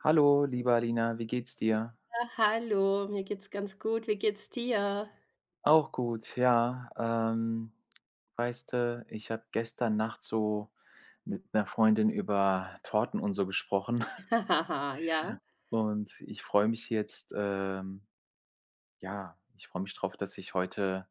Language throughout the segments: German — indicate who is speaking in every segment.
Speaker 1: Hallo, liebe Alina, wie geht's dir?
Speaker 2: Ah, hallo, mir geht's ganz gut. Wie geht's dir?
Speaker 1: Auch gut, ja. Weißt du, ich habe gestern Nacht so mit einer Freundin über Torten und so gesprochen.
Speaker 2: Hahaha, ja.
Speaker 1: Und ich freue mich jetzt, ja, ich freue mich drauf, dass ich heute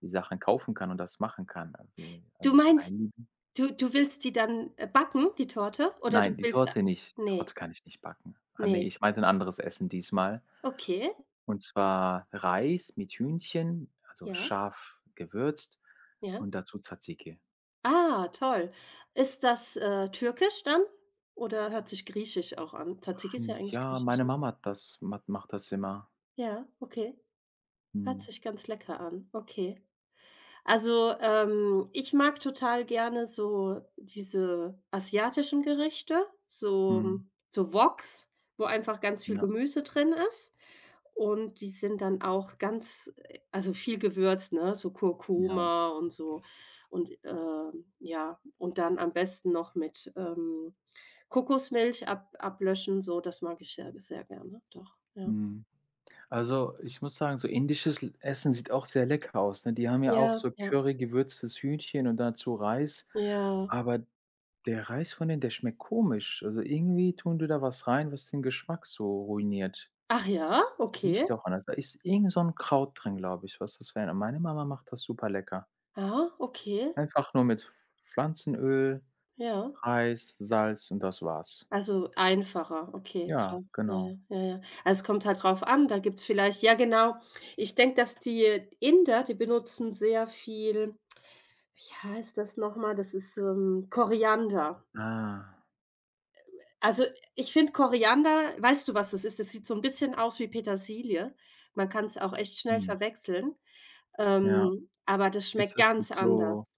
Speaker 1: die Sachen kaufen kann und das machen kann. Irgendwie
Speaker 2: Du
Speaker 1: also,
Speaker 2: meinst,
Speaker 1: mein Lieben
Speaker 2: du willst die dann, backen, die Torte? Oder du
Speaker 1: nein, die
Speaker 2: willst
Speaker 1: Torte nicht.
Speaker 2: nee,
Speaker 1: Torte kann ich nicht backen. Ah, ne,
Speaker 2: nee.
Speaker 1: ich meinte ein anderes Essen diesmal.
Speaker 2: Okay,
Speaker 1: Und zwar Reis mit Hühnchen, also
Speaker 2: ja,
Speaker 1: scharf gewürzt,
Speaker 2: ja.
Speaker 1: und dazu Tzatziki.
Speaker 2: Ah, toll. Ist das, türkisch dann? Oder hört sich griechisch auch an? Tzatziki ist ja
Speaker 1: Hm,
Speaker 2: eigentlich
Speaker 1: ja,
Speaker 2: griechisch,
Speaker 1: meine
Speaker 2: ne?
Speaker 1: Mama hat das mat macht das immer.
Speaker 2: Ja, okay. Hört
Speaker 1: Mhm,
Speaker 2: sich ganz lecker an. Okay. Also, ich mag total gerne so diese asiatischen Gerichte, so
Speaker 1: mhm,
Speaker 2: so Woks, wo einfach ganz viel
Speaker 1: ja,
Speaker 2: Gemüse drin ist. Und die sind dann auch ganz also viel gewürzt, ne, so
Speaker 1: ja,
Speaker 2: Kurkuma und so. Und, ja, und dann am besten noch mit, Kokosmilch ab ablöschen, so, das mag ich sehr, sehr gerne, doch, ja.
Speaker 1: mhm. Also, ich muss sagen, so indisches L Essen sieht auch sehr lecker aus, ne? Die haben ja auch
Speaker 2: Ja,
Speaker 1: so
Speaker 2: ja,
Speaker 1: Curry gewürztes Hühnchen und dazu Reis,
Speaker 2: ja.
Speaker 1: aber der Reis von denen, der schmeckt komisch. Also, irgendwie tun die da was rein, was den Geschmack so ruiniert.
Speaker 2: Ach ja,
Speaker 1: Riecht
Speaker 2: okay.
Speaker 1: ja auch anders. Da ist irgend so 'n Kraut drin, glaube ich, was das wäre. Meine Mama macht das super lecker.
Speaker 2: Ah, okay.
Speaker 1: Einfach nur mit Pflanzenöl,
Speaker 2: Ja,
Speaker 1: Reis, Salz, und das war's.
Speaker 2: also einfacher, okay,
Speaker 1: Ja,
Speaker 2: klar. Ja,
Speaker 1: genau.
Speaker 2: ja, ja, ja. Also, es kommt halt drauf an, da gibt's vielleicht, ja, genau. Ich denke, dass die Inder, die benutzen sehr viel, wie heißt das noch mal? Das ist, Koriander.
Speaker 1: Ah,
Speaker 2: Also, ich finde Koriander, weißt du, was das ist? Das sieht so ein bisschen aus wie Petersilie. Man kann's auch echt schnell
Speaker 1: mhm.
Speaker 2: verwechseln,
Speaker 1: Ja.
Speaker 2: aber das
Speaker 1: Ist
Speaker 2: schmeckt
Speaker 1: das mit
Speaker 2: ganz
Speaker 1: so
Speaker 2: anders.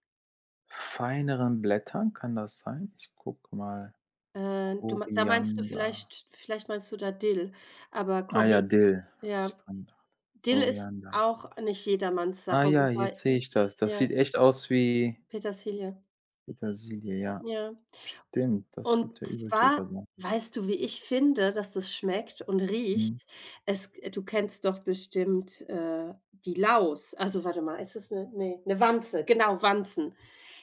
Speaker 1: feineren Blättern? Kann das sein? Ich gucke mal.
Speaker 2: Du mei da Meinst du
Speaker 1: Koriander.
Speaker 2: vielleicht meinst du da Dill, aber
Speaker 1: Ah
Speaker 2: Kori
Speaker 1: ja, Dill habe ich
Speaker 2: ja.
Speaker 1: dran gedacht.
Speaker 2: Dill ist
Speaker 1: Koriander.
Speaker 2: auch nicht jedermanns
Speaker 1: Ah
Speaker 2: Sache,
Speaker 1: ja, jetzt
Speaker 2: wobei
Speaker 1: sehe ich das. Das sieht
Speaker 2: ja,
Speaker 1: echt aus wie
Speaker 2: Petersilie,
Speaker 1: Petersilie, ja.
Speaker 2: ja.
Speaker 1: Stimmt, das wird
Speaker 2: Und
Speaker 1: der
Speaker 2: zwar,
Speaker 1: Übeltäter sein.
Speaker 2: weißt du, wie ich finde, dass es schmeckt und riecht?
Speaker 1: Mhm.
Speaker 2: Es Du kennst doch bestimmt, die Laus. Also, warte mal, ist es 'ne, nee, 'ne Wanze, genau, Wanzen.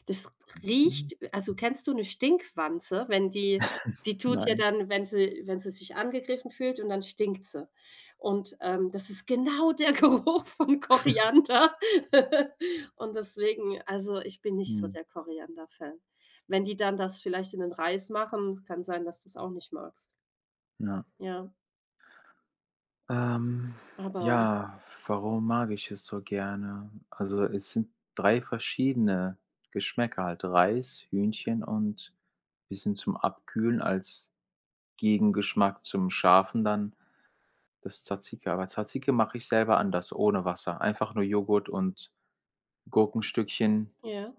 Speaker 2: Das
Speaker 1: Anzünden?
Speaker 2: riecht, also, kennst du eine Stinkwanze? Wenn die, die tut ja
Speaker 1: Nein.
Speaker 2: dann, wenn sie sich angegriffen fühlt, und dann stinkt sie. Und, das ist genau der Geruch von Koriander. Und deswegen, also, ich bin nicht so
Speaker 1: Mhm,
Speaker 2: der Koriander-Fan. Wenn die dann das vielleicht in den Reis machen, kann sein, dass du es auch nicht magst.
Speaker 1: ja.
Speaker 2: Ja,
Speaker 1: Ähm,
Speaker 2: aber,
Speaker 1: ja, warum mag ich es so gerne? Also, es sind 3 verschiedene Geschmäcker halt: Reis, Hühnchen und bisschen zum Abkühlen als Gegengeschmack zum Scharfen dann das Tzatziki. Aber Tzatziki mache ich selber anders, ohne Wasser. Einfach nur Joghurt und Gurkenstückchen
Speaker 2: ja,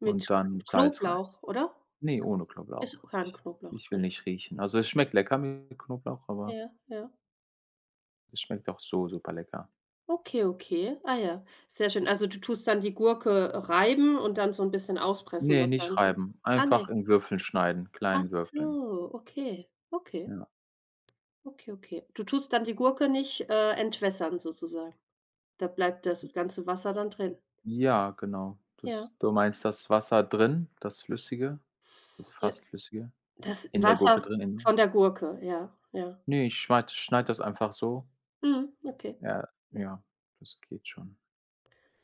Speaker 2: mit
Speaker 1: und dann Salz rein.
Speaker 2: Knoblauch, oder?
Speaker 1: Ne,
Speaker 2: Statt,
Speaker 1: ohne Knoblauch.
Speaker 2: ist kein
Speaker 1: Ich
Speaker 2: Knoblauch
Speaker 1: ich will
Speaker 2: drin.
Speaker 1: nicht riechen. Also, es schmeckt lecker mit Knoblauch, aber
Speaker 2: Ja, ja.
Speaker 1: das schmeckt auch so super lecker.
Speaker 2: Okay, okay. Ah ja, sehr schön. Also, du tust dann die Gurke reiben und dann so ein bisschen auspressen
Speaker 1: Ne, nicht
Speaker 2: wahrscheinlich, ne?
Speaker 1: reiben,
Speaker 2: Ah, ne.
Speaker 1: einfach in Würfeln schneiden,
Speaker 2: Ach
Speaker 1: kleinen Würfeln.
Speaker 2: so, okay, okay,
Speaker 1: Ja.
Speaker 2: okay, okay. Du tust dann die Gurke nicht, entwässern sozusagen. Da bleibt das ganze Wasser dann drin.
Speaker 1: Ja, genau.
Speaker 2: Ja,
Speaker 1: Das du meinst das Wasser drin, das Flüssige, das
Speaker 2: ja.
Speaker 1: fast Flüssige,
Speaker 2: Das
Speaker 1: in der Gurke
Speaker 2: Wasser
Speaker 1: drin, in
Speaker 2: von der Gurke, ja, ja.
Speaker 1: ne, ich schneide das einfach so.
Speaker 2: Mhm, okay.
Speaker 1: Ja, ja, das geht schon.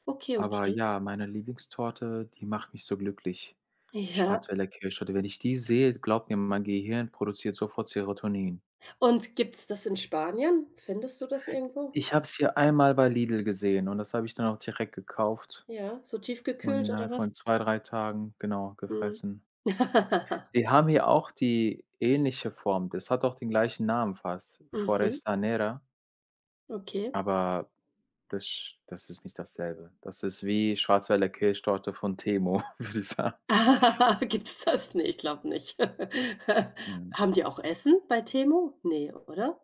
Speaker 2: Okay,
Speaker 1: Aber
Speaker 2: okay.
Speaker 1: ja, meine Lieblingstorte, die macht mich so glücklich.
Speaker 2: Ja.
Speaker 1: Schwarzwälder Kirschtorte. Wenn ich die sehe, glaub mir, mein Gehirn produziert sofort Serotonin.
Speaker 2: Und gibt's das in Spanien? Findest du das irgendwo?
Speaker 1: Ich habe es hier einmal bei Lidl gesehen und das habe ich dann auch direkt gekauft.
Speaker 2: Ja, so
Speaker 1: Und
Speaker 2: tiefgekühlt oder
Speaker 1: innerhalb von
Speaker 2: was?
Speaker 1: 2 3 Tagen, genau,
Speaker 2: Mhm.
Speaker 1: gefressen. Die haben hier auch die ähnliche Form. Das hat auch den gleichen Namen fast,
Speaker 2: Mhm,
Speaker 1: Foresta Nera,
Speaker 2: okay.
Speaker 1: aber das ist nicht dasselbe. Das ist wie Schwarzwälder Kirschtorte von Temo, würde ich sagen.
Speaker 2: Gibt's das? Ne, ich glaube nicht.
Speaker 1: Mhm.
Speaker 2: Haben die auch Essen bei Temu? Ne, oder?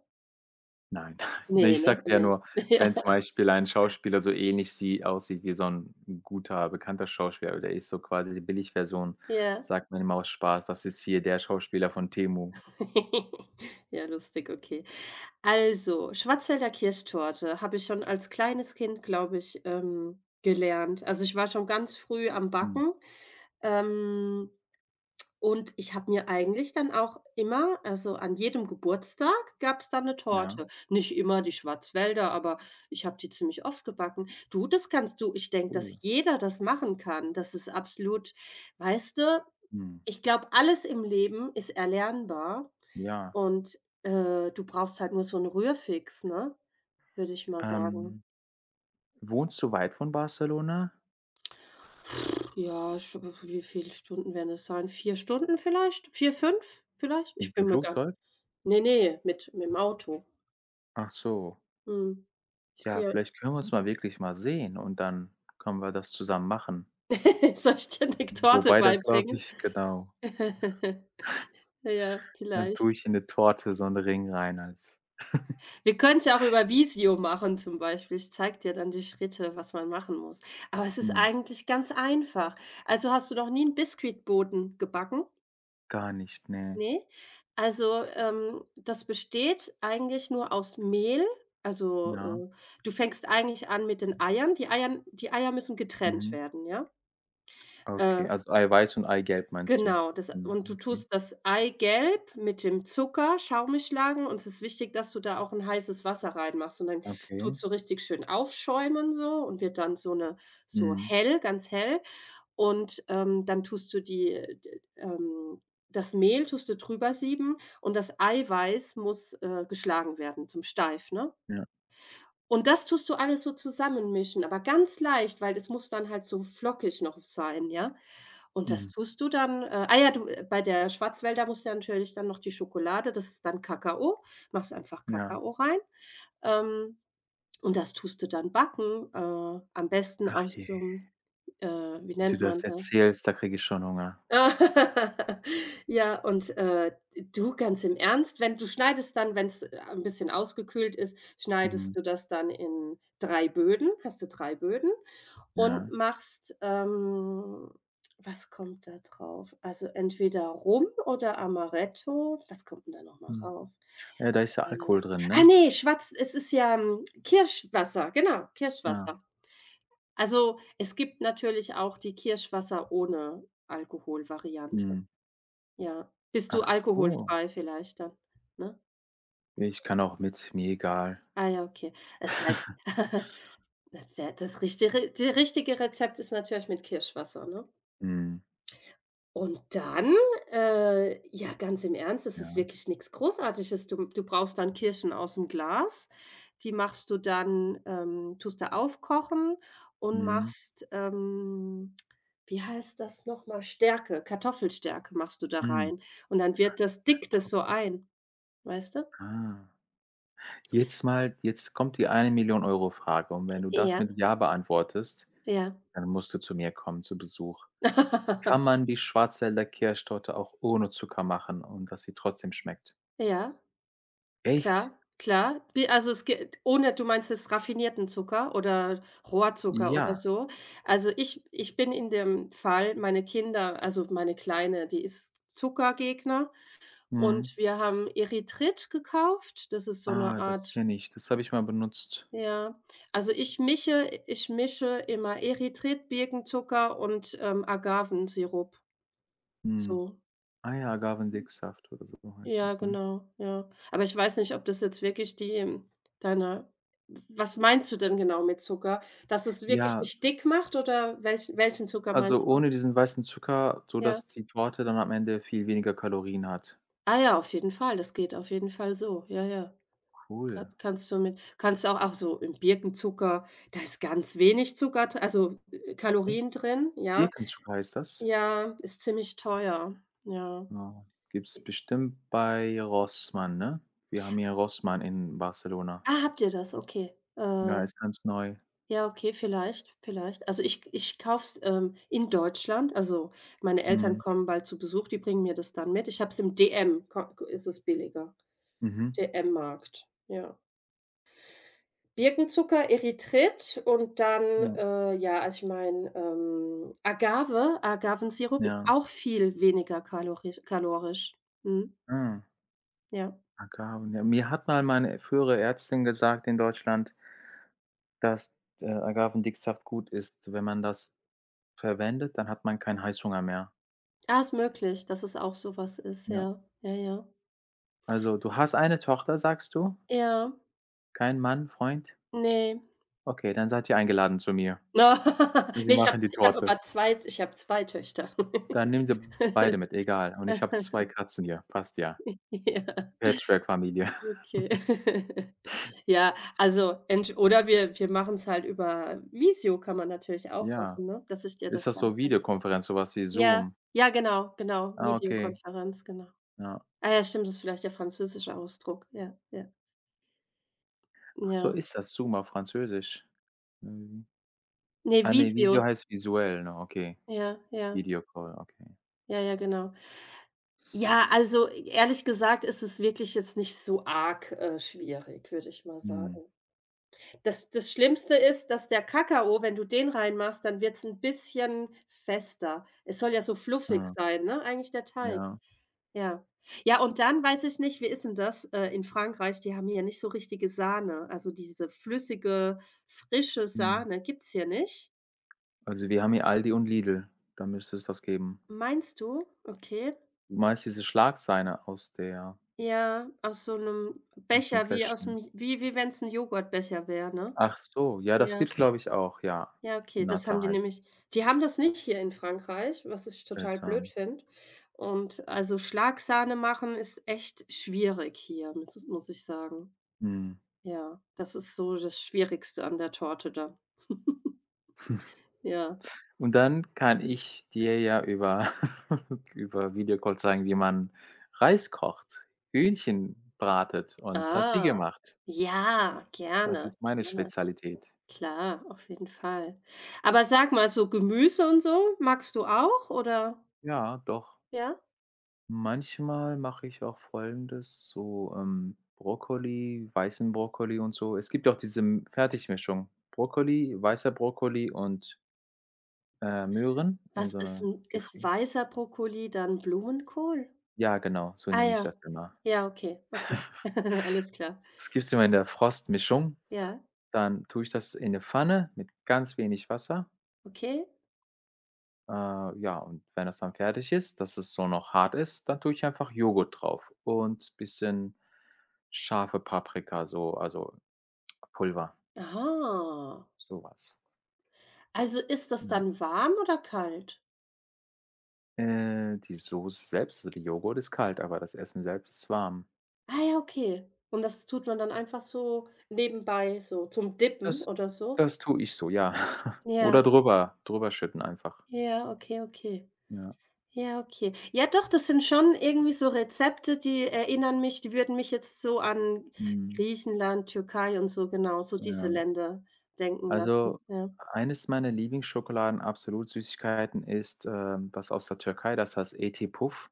Speaker 1: Nein. Ne,
Speaker 2: Ne,
Speaker 1: ich
Speaker 2: ne?
Speaker 1: sage ja
Speaker 2: Ne.
Speaker 1: nur,
Speaker 2: Ja.
Speaker 1: wenn zum Beispiel ein Schauspieler so ähnlich sie aussieht wie so ein guter, bekannter Schauspieler, aber der ist so quasi die Billigversion,
Speaker 2: Ja.
Speaker 1: sagt man immer aus Spaß: „Das ist hier der Schauspieler von Temu."
Speaker 2: Ja, lustig, okay. Also, Schwarzwälder Kirschtorte habe ich schon als kleines Kind, glaube ich, gelernt. Also, ich war schon ganz früh am
Speaker 1: Mhm.
Speaker 2: Backen, ähm, und ich habe mir eigentlich dann auch immer, also, an jedem Geburtstag gab es dann 'ne
Speaker 1: Ja,
Speaker 2: Torte. Nicht immer die Schwarzwälder, aber ich habe die ziemlich oft gebacken. Du, das kannst du, ich denke, dass
Speaker 1: cool.
Speaker 2: jeder das machen kann. Das ist absolut, weißt du,
Speaker 1: Mhm.
Speaker 2: ich glaube, alles im Leben ist erlernbar.
Speaker 1: Ja,
Speaker 2: Und, du brauchst halt nur so 'n Rührfix, ne, würde ich mal sagen.
Speaker 1: ähm, wohnst du weit von Barcelona?
Speaker 2: Ja, sch wie viele Stunden werden es sein? 4 Stunden vielleicht? 4, 5 vielleicht? Ich
Speaker 1: Mit dem
Speaker 2: bin mir gar,
Speaker 1: Flugzeug?
Speaker 2: ne, ne, mit dem Auto.
Speaker 1: Ach so.
Speaker 2: Mhm.
Speaker 1: Ja,
Speaker 2: 4.
Speaker 1: vielleicht können wir uns mal wirklich mal sehen und dann können wir das zusammen machen.
Speaker 2: Soll ich dir 'ne Torte
Speaker 1: Wobei das glaube
Speaker 2: beibringen?
Speaker 1: ich genau.
Speaker 2: Ja,
Speaker 1: Dann tue
Speaker 2: vielleicht.
Speaker 1: ich in 'ne Torte so 'n Ring rein als
Speaker 2: Wir können's ja auch über Visio machen zum Beispiel. Ich zeige dir dann die Schritte, was man machen muss. Aber es ist
Speaker 1: hm,
Speaker 2: eigentlich ganz einfach. Also, hast du noch nie 'n Biskuitboden gebacken?
Speaker 1: gar nicht, ne.
Speaker 2: Ne, also, das besteht eigentlich nur aus Mehl.
Speaker 1: Ja,
Speaker 2: Also, du fängst eigentlich an mit den Eiern. Die Eier müssen getrennt
Speaker 1: mhm.
Speaker 2: werden, ja?
Speaker 1: Okay,
Speaker 2: Äh
Speaker 1: also Eiweiß und Eigelb meinst du?
Speaker 2: Genau, das,
Speaker 1: Mhm,
Speaker 2: und du
Speaker 1: okay,
Speaker 2: tust das Eigelb mit dem Zucker schaumig schlagen, und es ist wichtig, dass du da auch 'n heißes Wasser reinmachst, und dann
Speaker 1: okay.
Speaker 2: tut's so richtig schön aufschäumen, so, und wird dann so
Speaker 1: Mhm,
Speaker 2: hell, ganz hell, und, dann tust du die, d das Mehl, tust du drüber sieben, und das Eiweiß muss, geschlagen werden zum Steif, ne?
Speaker 1: ja,
Speaker 2: Und das tust du alles so zusammenmischen, aber ganz leicht, weil es muss dann halt so flockig noch sein, ja? Und das
Speaker 1: mhm,
Speaker 2: tust du dann ah ja, du bei der Schwarzwälder musst du ja natürlich dann noch die Schokolade, das ist dann Kakao, machst einfach
Speaker 1: ja.
Speaker 2: Kakao rein, ähm, und das tust du dann backen, am besten
Speaker 1: Ach
Speaker 2: auf
Speaker 1: je,
Speaker 2: so 'm wie
Speaker 1: wie du
Speaker 2: nennt man
Speaker 1: das
Speaker 2: das?
Speaker 1: erzählst, da kriege ich schon Hunger.
Speaker 2: Ja, und, du ganz im Ernst, wenn du schneidest dann wenn es ein bisschen ausgekühlt ist, schneidest
Speaker 1: Mhm,
Speaker 2: du das dann in 3 Böden, hast du 3 Böden, und
Speaker 1: ja,
Speaker 2: machst, was kommt da drauf? Also, entweder Rum oder Amaretto. Was kommt 'n da noch mal
Speaker 1: mhm.
Speaker 2: rauf?
Speaker 1: Ja, da ist ja
Speaker 2: Äh,
Speaker 1: Alkohol drin,
Speaker 2: ah
Speaker 1: ne?
Speaker 2: nee, Schwarz es ist ja, Kirschwasser, genau,
Speaker 1: Ja.
Speaker 2: Kirschwasser. Also, es gibt natürlich auch die Kirschwasser ohne Alkohol-Variante.
Speaker 1: Mhm.
Speaker 2: Ja. Bist du
Speaker 1: Ach so.
Speaker 2: alkoholfrei vielleicht dann, ne?
Speaker 1: Ich kann auch mit, mir egal.
Speaker 2: Ah ja, okay. Es ist halt das ist ja das richtige die richtige Rezept ist natürlich mit Kirschwasser, ne?
Speaker 1: Mhm.
Speaker 2: Und dann, ja, ganz im Ernst, es ist
Speaker 1: Ja.
Speaker 2: wirklich nichts Großartiges. Du brauchst dann Kirschen aus dem Glas. Die machst du dann, tust du aufkochen, und
Speaker 1: Mhm.
Speaker 2: machst, wie heißt das nochmal, Stärke, Kartoffelstärke machst du da
Speaker 1: Mhm.
Speaker 2: rein. Und dann wird das, dickt das so
Speaker 1: Salzkartoffeln.
Speaker 2: ein, weißt du?
Speaker 1: Ah. Jetzt kommt die 1 Million Euro Frage, und wenn du das
Speaker 2: Ja.
Speaker 1: mit ja beantwortest,
Speaker 2: Ja.
Speaker 1: dann musst du zu mir kommen zu Besuch. Kann man die Schwarzwälder Kirschtorte auch ohne Zucker machen und dass sie trotzdem schmeckt?
Speaker 2: Ja,
Speaker 1: Echt?
Speaker 2: klar, klar. Wie, also, es geht ohne, du meinst jetzt raffinierten Zucker oder Rohrzucker oder
Speaker 1: Ja.
Speaker 2: so? Also, ich bin in dem Fall, meine Kinder, also, meine Kleine, die ist Zuckergegner,
Speaker 1: Mhm.
Speaker 2: und wir haben Erythrit gekauft. Das ist so eine
Speaker 1: Ah, das
Speaker 2: Art,
Speaker 1: kenne ich. Das habe ich mal benutzt.
Speaker 2: ja. Also, ich mische immer Erythrit, Birkenzucker und, Agavensirup,
Speaker 1: Mhm.
Speaker 2: so.
Speaker 1: Ah ja, Agavendicksaft oder so heißt
Speaker 2: Ja,
Speaker 1: das, ne?
Speaker 2: genau, ja. Aber ich weiß nicht, ob das jetzt wirklich die, deine, was meinst du denn genau mit Zucker? Dass es wirklich
Speaker 1: Ja,
Speaker 2: nicht dick macht, oder welchen Zucker
Speaker 1: also
Speaker 2: meinst du?
Speaker 1: ohne diesen weißen Zucker,
Speaker 2: Ja.
Speaker 1: sodass die Torte dann am Ende viel weniger Kalorien hat.
Speaker 2: Ah ja, auf jeden Fall, das geht auf jeden Fall so. Ja, ja. Ka
Speaker 1: Cool.
Speaker 2: kannst du auch so im Birkenzucker, da ist ganz wenig Zucker, dr also,
Speaker 1: Echt?
Speaker 2: Kalorien drin, ja.
Speaker 1: Birkenzucker heißt das?
Speaker 2: Ja, ist ziemlich teuer, ja.
Speaker 1: Ja. Gibt's bestimmt bei Rossmann, ne? Wir haben hier Rossmann in Barcelona.
Speaker 2: Ah, habt ihr das? Okay.
Speaker 1: Ja, ist ganz neu.
Speaker 2: Ja, okay, vielleicht, vielleicht. Also, ich kauf's, in Deutschland. Also, meine Eltern
Speaker 1: Mhm.
Speaker 2: kommen bald zu Besuch, die bringen mir das dann mit. Ich habe es im DM, ko ko ist es billiger,
Speaker 1: Mhm.
Speaker 2: DM-Markt, ja. Birkenzucker, Erythrit und dann,
Speaker 1: Ja.
Speaker 2: ja, also, ich meine, Agavensirup ist
Speaker 1: Ja.
Speaker 2: auch viel weniger kalorich kalorisch. Mhm,
Speaker 1: Ah,
Speaker 2: ja.
Speaker 1: Agaven. Ja, mir hat mal meine frühere Ärztin gesagt in Deutschland, dass, Agavendicksaft gut ist. Wenn man das verwendet, dann hat man keinen Heißhunger mehr.
Speaker 2: Ah, ist möglich, dass es auch sowas ist,
Speaker 1: Ja.
Speaker 2: ja. Ja, ja.
Speaker 1: Also, du hast eine Tochter, sagst du?
Speaker 2: Ja,
Speaker 1: Kein Mann, Freund?
Speaker 2: ne.
Speaker 1: Okay, dann seid ihr eingeladen zu mir.
Speaker 2: Ne,
Speaker 1: Wir
Speaker 2: ich habe,
Speaker 1: machen die Torte.
Speaker 2: ich habe 2 Töchter.
Speaker 1: Dann nehmen Sie beide mit, egal. Und ich habe 2 Katzen hier, passt ja.
Speaker 2: Ja,
Speaker 1: Patchwork-Familie.
Speaker 2: okay. Ja, also, entsch oder wir machen's halt über Visio, kann man natürlich auch
Speaker 1: Ja.
Speaker 2: machen, ne, dass ich dir
Speaker 1: Ist
Speaker 2: das
Speaker 1: das
Speaker 2: dann.
Speaker 1: so Videokonferenz, sowas wie
Speaker 2: Ja,
Speaker 1: Zoom?
Speaker 2: ja, genau, genau,
Speaker 1: Ah, okay,
Speaker 2: Videokonferenz, genau.
Speaker 1: ja.
Speaker 2: Ah ja, stimmt, das ist vielleicht der französische Ausdruck. Ja, ja,
Speaker 1: Ach so,
Speaker 2: ja.
Speaker 1: ist das Zoom auf Französisch? Mhm.
Speaker 2: Ne,
Speaker 1: Ah ne,
Speaker 2: Visios.
Speaker 1: Visio heißt visuell, ne? Okay.
Speaker 2: Ja, ja,
Speaker 1: Videocall, okay.
Speaker 2: ja, ja, genau. Ja, also, ehrlich gesagt, ist es wirklich jetzt nicht so arg, schwierig, würde ich mal
Speaker 1: Mhm.
Speaker 2: sagen. Das Schlimmste ist, dass der Kakao, wenn du den reinmachst, dann wird's 'n bisschen fester. Es soll ja so fluffig
Speaker 1: Ah,
Speaker 2: sein, ne, eigentlich der Teig.
Speaker 1: ja.
Speaker 2: Ja. Ja, und dann weiß ich nicht, wie ist 'n das, in Frankreich? Die haben hier nicht so richtige Sahne. Also, diese flüssige, frische
Speaker 1: Mhm.
Speaker 2: Sahne gibt's hier nicht.
Speaker 1: Also, wir haben hier Aldi und Lidl, da müsste es das geben.
Speaker 2: Meinst du? Okay.
Speaker 1: Du meinst diese Schlagzeile
Speaker 2: Ja, aus so 'nem
Speaker 1: aus dem
Speaker 2: Becher, wie aus
Speaker 1: Fläschchen?
Speaker 2: 'nem, wie wenn's 'n Joghurtbecher wäre, ne?
Speaker 1: Ach so, ja, das
Speaker 2: Ja.
Speaker 1: gibt's, glaube ich, auch, ja.
Speaker 2: Ja, okay, das haben
Speaker 1: Natter
Speaker 2: die
Speaker 1: heißt
Speaker 2: nämlich
Speaker 1: es.
Speaker 2: die haben das nicht hier in Frankreich, was ich total blöd
Speaker 1: Seltsam.
Speaker 2: finde. Und, also, Schlagsahne machen ist echt schwierig hier, muss ich sagen.
Speaker 1: Mhm.
Speaker 2: Ja, das ist so das Schwierigste an der Torte da. Ja.
Speaker 1: Und dann kann ich dir ja über über Videocall zeigen, wie man Reis kocht, Hühnchen bratet und Tzatziki
Speaker 2: Ah.
Speaker 1: macht.
Speaker 2: Ja,
Speaker 1: Das
Speaker 2: gerne,
Speaker 1: ist meine
Speaker 2: gerne.
Speaker 1: Spezialität.
Speaker 2: Klar, auf jeden Fall. Aber sag mal, so Gemüse und so, magst du auch oder,
Speaker 1: Ja, doch.
Speaker 2: ja?
Speaker 1: Manchmal mache ich auch Folgendes, so, Brokkoli, weißen Brokkoli und so. Es gibt ja auch diese M Fertigmischung: Brokkoli, weißer Brokkoli und, Möhren in
Speaker 2: Was
Speaker 1: so
Speaker 2: ist
Speaker 1: einer
Speaker 2: 'n, ist
Speaker 1: Gefri.
Speaker 2: weißer Brokkoli dann Blumenkohl?
Speaker 1: Ja, genau, so
Speaker 2: Ah
Speaker 1: nenne ich
Speaker 2: ja.
Speaker 1: das immer.
Speaker 2: Ja, okay, okay. Alles klar.
Speaker 1: Das gibt's immer in der Frostmischung.
Speaker 2: Ja,
Speaker 1: Dann tue ich das in 'ne Pfanne mit ganz wenig Wasser.
Speaker 2: okay.
Speaker 1: Ja, und wenn das dann fertig ist, dass es so noch hart ist, dann tue ich einfach Joghurt drauf und bisschen scharfe Paprika, so also Pulver,
Speaker 2: Aha.
Speaker 1: so was.
Speaker 2: Also, ist das
Speaker 1: Ja.
Speaker 2: dann warm oder kalt?
Speaker 1: Die Soße selbst, also der Joghurt, ist kalt, aber das Essen selbst ist warm.
Speaker 2: Ah ja, okay. Und das tut man dann einfach so nebenbei, so zum Dippen
Speaker 1: Das
Speaker 2: oder so?
Speaker 1: das tue ich so, ja.
Speaker 2: Ja,
Speaker 1: Oder drüber schütten einfach.
Speaker 2: ja, okay, okay.
Speaker 1: Ja,
Speaker 2: Ja, okay. Ja, doch, das sind schon irgendwie so Rezepte, die würden mich jetzt so an
Speaker 1: mhm,
Speaker 2: Griechenland, Türkei, und so, genau, so diese
Speaker 1: ja.
Speaker 2: Länder denken lassen.
Speaker 1: Also,
Speaker 2: Ja.
Speaker 1: eines meiner Lieblingsschokoladen absolut Süßigkeiten ist, was aus der Türkei, das heißt Eti Puf.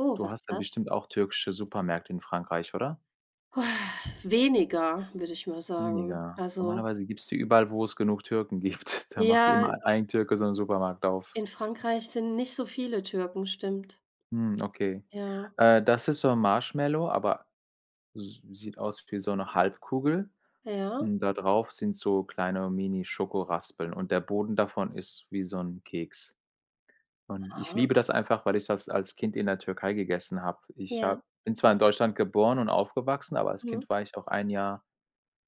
Speaker 2: Oh,
Speaker 1: Du
Speaker 2: was ist
Speaker 1: hast da
Speaker 2: das?
Speaker 1: bestimmt auch türkische Supermärkte in Frankreich, oder?
Speaker 2: Weniger, würde ich mal sagen.
Speaker 1: Weniger.
Speaker 2: Also,
Speaker 1: Normalerweise gibt's die überall, wo es genug Türken gibt. Da macht
Speaker 2: ja,
Speaker 1: immer ein Türke so einen Supermarkt auf.
Speaker 2: in Frankreich sind nicht so viele Türken, stimmt.
Speaker 1: Hm, okay.
Speaker 2: Ja,
Speaker 1: Das ist so ein Marshmallow, aber s sieht aus wie so eine Halbkugel,
Speaker 2: ja.
Speaker 1: und da drauf sind so kleine Mini-Schokoraspeln und der Boden davon ist wie so ein Keks. Und ich
Speaker 2: Ah.
Speaker 1: liebe das einfach, weil ich das als Kind in der Türkei gegessen habe. Ich
Speaker 2: Ja,
Speaker 1: habe bin zwar in Deutschland geboren und aufgewachsen, aber als
Speaker 2: mhm.
Speaker 1: Kind war ich auch ein Jahr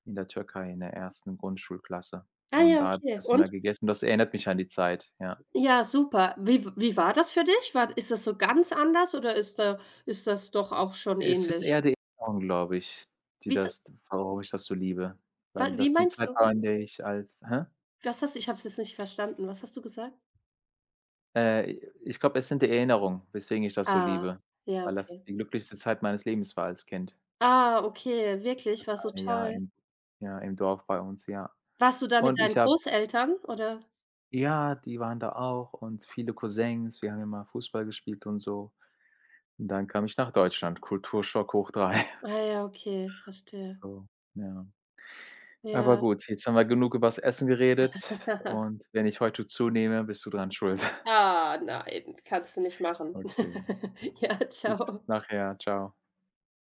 Speaker 1: in der Türkei in der ersten Grundschulklasse,
Speaker 2: Ah
Speaker 1: und
Speaker 2: ja,
Speaker 1: da habe ich
Speaker 2: okay.
Speaker 1: das immer
Speaker 2: Und?
Speaker 1: gegessen. Das erinnert mich an die Zeit, ja.
Speaker 2: Ja, super. Wie w wie war das für dich? War Ist das so ganz anders oder ist das doch auch schon
Speaker 1: Es ist
Speaker 2: ähnlich?
Speaker 1: eher die Erinnerung, glaube ich, die
Speaker 2: Wie s
Speaker 1: das warum ich das so liebe,
Speaker 2: wa
Speaker 1: weil
Speaker 2: Wie
Speaker 1: das die
Speaker 2: meinst
Speaker 1: Zeit
Speaker 2: du?
Speaker 1: war, in der ich als hä?
Speaker 2: Was hast du Ich habe es jetzt nicht verstanden. Was hast du gesagt?
Speaker 1: Äh, ich glaube, es sind die Erinnerungen, weswegen ich das so
Speaker 2: Ah,
Speaker 1: liebe,
Speaker 2: ja,
Speaker 1: weil das
Speaker 2: okay.
Speaker 1: die glücklichste Zeit meines Lebens war als Kind.
Speaker 2: Ah, okay, wirklich,
Speaker 1: Das
Speaker 2: war so
Speaker 1: eine Jahr
Speaker 2: toll.
Speaker 1: im ja, im Dorf bei uns, ja.
Speaker 2: Warst du da mit
Speaker 1: Und ich
Speaker 2: deinen
Speaker 1: habe,
Speaker 2: Großeltern, oder?
Speaker 1: ja, die waren da auch und viele Cousins. Wir haben immer Fußball gespielt und so. Und dann kam ich nach Deutschland. Kulturschock hoch 3.
Speaker 2: Ah ja, okay, verstehe.
Speaker 1: So, ja. Aber
Speaker 2: Ja.
Speaker 1: gut, jetzt haben wir genug übers Essen geredet, und wenn ich heute zunehme, bist du dran schuld.
Speaker 2: Ah, nein, kannst du nicht machen.
Speaker 1: Okay,
Speaker 2: Ja,
Speaker 1: bis
Speaker 2: ciao.
Speaker 1: nachher. Ciao.